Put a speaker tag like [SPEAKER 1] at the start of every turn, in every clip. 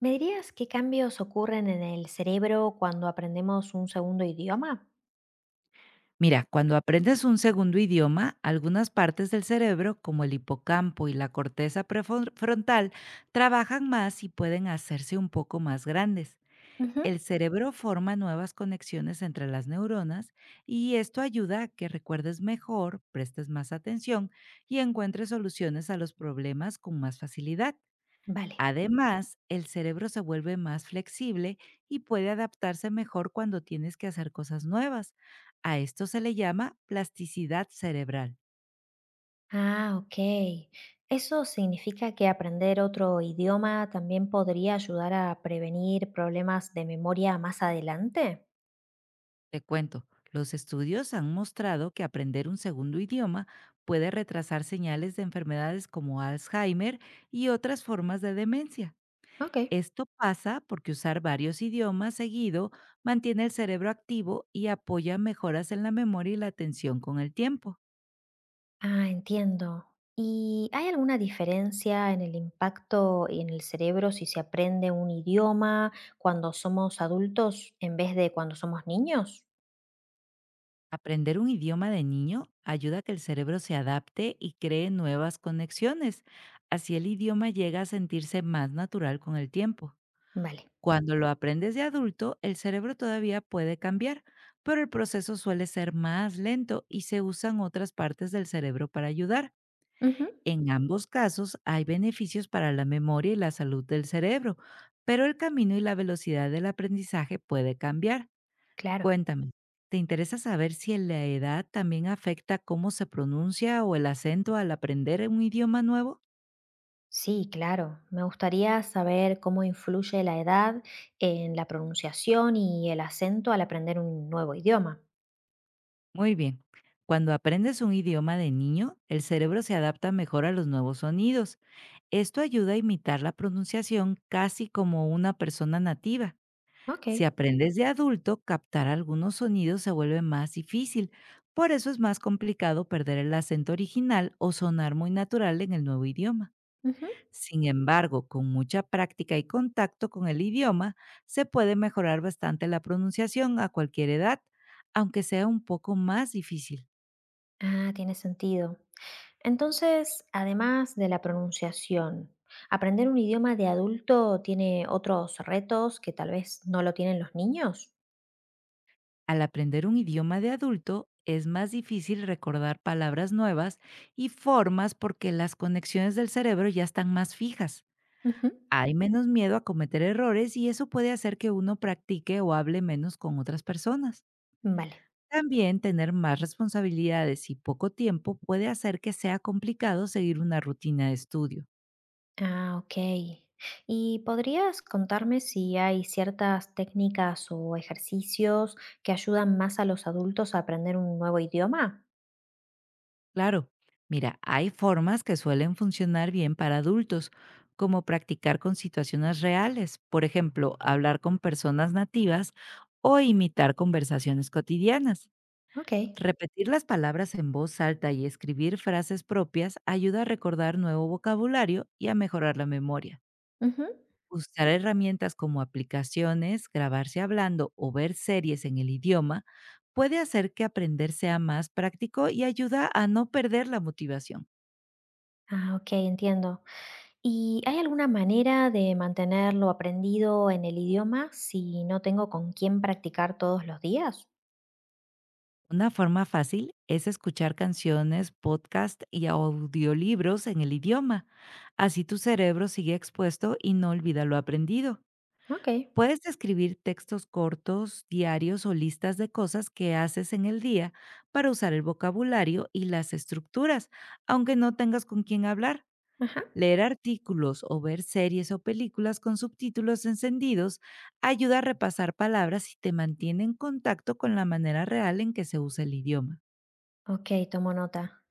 [SPEAKER 1] ¿Me dirías qué cambios ocurren en el cerebro cuando aprendemos un segundo idioma?
[SPEAKER 2] Mira, cuando aprendes un segundo idioma, algunas partes del cerebro, como el hipocampo y la corteza prefrontal, trabajan más y pueden hacerse un poco más grandes.
[SPEAKER 1] Ujú.
[SPEAKER 2] El cerebro forma nuevas conexiones entre las neuronas y esto ayuda a que recuerdes mejor, prestes más atención y encuentres soluciones a los problemas con más facilidad.
[SPEAKER 1] Vale.
[SPEAKER 2] Además, el cerebro se vuelve más flexible y puede adaptarse mejor cuando tienes que hacer cosas nuevas. A esto se le llama plasticidad cerebral.
[SPEAKER 1] Ah, ok. ¿Eso significa que aprender otro idioma también podría ayudar a prevenir problemas de memoria más adelante?
[SPEAKER 2] Te cuento, los estudios han mostrado que aprender un segundo idioma puede retrasar señales de enfermedades como Alzheimer y otras formas de demencia.
[SPEAKER 1] Ok.
[SPEAKER 2] Esto pasa porque usar varios idiomas seguido mantiene el cerebro activo y apoya mejoras en la memoria y la atención con el tiempo.
[SPEAKER 1] Ah, entiendo. ¿Y hay alguna diferencia en el impacto en el cerebro si se aprende un idioma cuando somos adultos en vez de cuando somos niños?
[SPEAKER 2] Aprender un idioma de niño ayuda a que el cerebro se adapte y cree nuevas conexiones. Así el idioma llega a sentirse más natural con el tiempo.
[SPEAKER 1] Vale.
[SPEAKER 2] Cuando lo aprendes de adulto, el cerebro todavía puede cambiar, pero el proceso suele ser más lento y se usan otras partes del cerebro para ayudar.
[SPEAKER 1] Ujú.
[SPEAKER 2] En ambos casos hay beneficios para la memoria y la salud del cerebro, pero el camino y la velocidad del aprendizaje puede cambiar.
[SPEAKER 1] Claro.
[SPEAKER 2] Cuéntame, ¿te interesa saber si en la edad también afecta cómo se pronuncia o el acento al aprender un idioma nuevo?
[SPEAKER 1] Sí, claro. Me gustaría saber cómo influye la edad en la pronunciación y el acento al aprender un nuevo idioma.
[SPEAKER 2] Muy bien. Cuando aprendes un idioma de niño, el cerebro se adapta mejor a los nuevos sonidos. Esto ayuda a imitar la pronunciación casi como una persona nativa.
[SPEAKER 1] Ok.
[SPEAKER 2] Si aprendes de adulto, captar algunos sonidos se vuelve más difícil. Por eso es más complicado perder el acento original o sonar muy natural en el nuevo idioma.
[SPEAKER 1] Ujú.
[SPEAKER 2] Sin embargo, con mucha práctica y contacto con el idioma, se puede mejorar bastante la pronunciación a cualquier edad, aunque sea un poco más difícil.
[SPEAKER 1] Ah, tiene sentido. Entonces, además de la pronunciación, ¿aprender un idioma de adulto tiene otros retos que tal vez no lo tienen los niños?
[SPEAKER 2] Al aprender un idioma de adulto, es más difícil recordar palabras nuevas y formas porque las conexiones del cerebro ya están más fijas.
[SPEAKER 1] Ujú.
[SPEAKER 2] Hay menos miedo a cometer errores y eso puede hacer que uno practique o hable menos con otras personas.
[SPEAKER 1] Vale.
[SPEAKER 2] También tener más responsabilidades y poco tiempo puede hacer que sea complicado seguir una rutina de estudio.
[SPEAKER 1] Ah, ok. ¿Y podrías contarme si hay ciertas técnicas o ejercicios que ayudan más a los adultos a aprender un nuevo idioma?
[SPEAKER 2] Claro, mira, hay formas que suelen funcionar bien para adultos, como practicar con situaciones reales, por ejemplo, hablar con personas nativas o imitar conversaciones cotidianas.
[SPEAKER 1] Ok.
[SPEAKER 2] Repetir las palabras en voz alta y escribir frases propias ayuda a recordar nuevo vocabulario y a mejorar la memoria.
[SPEAKER 1] Ujú.
[SPEAKER 2] Usar herramientas como aplicaciones, grabarse hablando o ver series en el idioma puede hacer que aprender sea más práctico y ayuda a no perder la motivación.
[SPEAKER 1] Ah, ok, entiendo. ¿Y hay alguna manera de mantenerlo aprendido en el idioma si no tengo con quién practicar todos los días?
[SPEAKER 2] Una forma fácil es escuchar canciones, podcast y audiolibros en el idioma. Así tu cerebro sigue expuesto y no olvida lo aprendido.
[SPEAKER 1] Ok.
[SPEAKER 2] Puedes escribir textos cortos, diarios o listas de cosas que haces en el día para usar el vocabulario y las estructuras, aunque no tengas con quién hablar. Leer artículos o ver series o películas con subtítulos encendidos ayuda a repasar palabras y te mantiene en contacto con la manera real en que se usa el idioma.
[SPEAKER 1] Ok, tomo nota.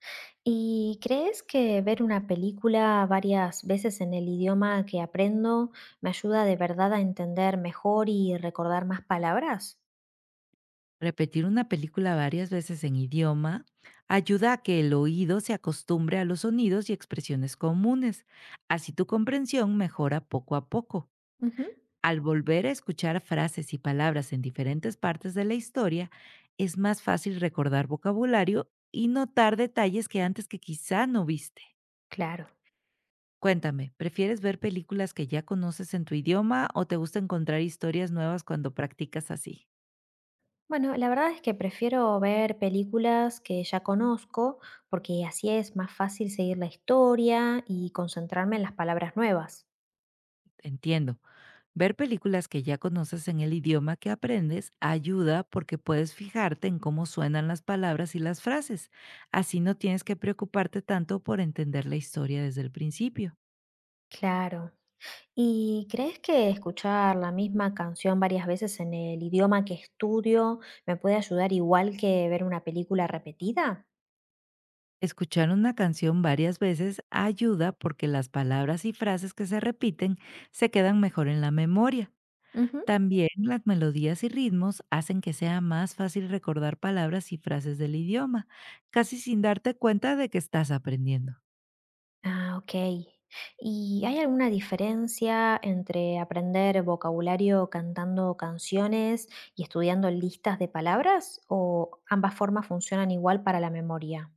[SPEAKER 1] ¿Y crees que ver una película varias veces en el idioma que aprendo me ayuda de verdad a entender mejor y recordar más palabras?
[SPEAKER 2] Repetir una película varias veces en idioma ayuda a que el oído se acostumbre a los sonidos y expresiones comunes. Así tu comprensión mejora poco a poco.
[SPEAKER 1] Ujú,
[SPEAKER 2] Al volver a escuchar frases y palabras en diferentes partes de la historia, es más fácil recordar vocabulario y notar detalles que antes que quizá no viste.
[SPEAKER 1] claro.
[SPEAKER 2] Cuéntame, ¿prefieres ver películas que ya conoces en tu idioma o te gusta encontrar historias nuevas cuando practicas así?
[SPEAKER 1] Bueno, la verdad es que prefiero ver películas que ya conozco porque así es más fácil seguir la historia y concentrarme en las palabras nuevas.
[SPEAKER 2] Entiendo. Ver películas que ya conoces en el idioma que aprendes ayuda porque puedes fijarte en cómo suenan las palabras y las frases. Así no tienes que preocuparte tanto por entender la historia desde el principio.
[SPEAKER 1] Claro. ¿Y crees que escuchar la misma canción varias veces en el idioma que estudio me puede ayudar igual que ver una película repetida?
[SPEAKER 2] Escuchar una canción varias veces ayuda porque las palabras y frases que se repiten se quedan mejor en la memoria.
[SPEAKER 1] Ujú.
[SPEAKER 2] También las melodías y ritmos hacen que sea más fácil recordar palabras y frases del idioma, casi sin darte cuenta de que estás aprendiendo.
[SPEAKER 1] Ah, ok. ¿Y hay alguna diferencia entre aprender vocabulario cantando canciones y estudiando listas de palabras? ¿O ambas formas funcionan igual para la memoria?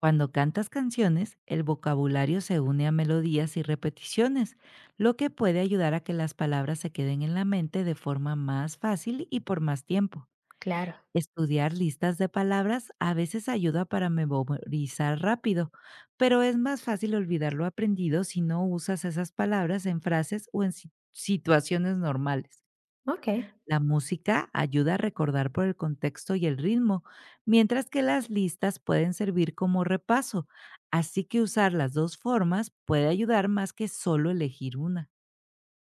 [SPEAKER 2] Cuando cantas canciones, el vocabulario se une a melodías y repeticiones, lo que puede ayudar a que las palabras se queden en la mente de forma más fácil y por más tiempo.
[SPEAKER 1] Claro.
[SPEAKER 2] Estudiar listas de palabras a veces ayuda para memorizar rápido, pero es más fácil olvidar lo aprendido si no usas esas palabras en frases o en situaciones normales.
[SPEAKER 1] Ok.
[SPEAKER 2] La música ayuda a recordar por el contexto y el ritmo, mientras que las listas pueden servir como repaso, así que usar las dos formas puede ayudar más que solo elegir una.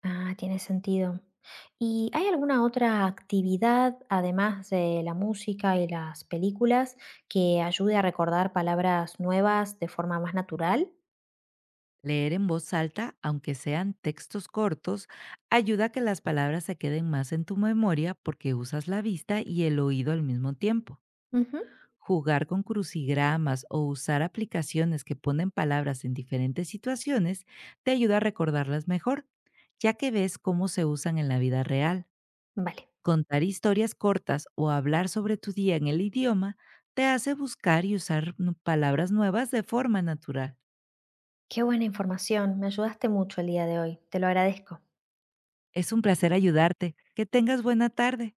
[SPEAKER 1] Ah, tiene sentido. ¿Y hay alguna otra actividad, además de la música y las películas, que ayude a recordar palabras nuevas de forma más natural?
[SPEAKER 2] Leer en voz alta, aunque sean textos cortos, ayuda a que las palabras se queden más en tu memoria porque usas la vista y el oído al mismo tiempo.
[SPEAKER 1] Ujú.
[SPEAKER 2] Jugar con crucigramas o usar aplicaciones que ponen palabras en diferentes situaciones te ayuda a recordarlas mejor, ya que ves cómo se usan en la vida real.
[SPEAKER 1] Vale.
[SPEAKER 2] Contar historias cortas o hablar sobre tu día en el idioma te hace buscar y usar palabras nuevas de forma natural.
[SPEAKER 1] Qué buena información. Me ayudaste mucho el día de hoy. Te lo agradezco.
[SPEAKER 2] Es un placer ayudarte. Que tengas buena tarde.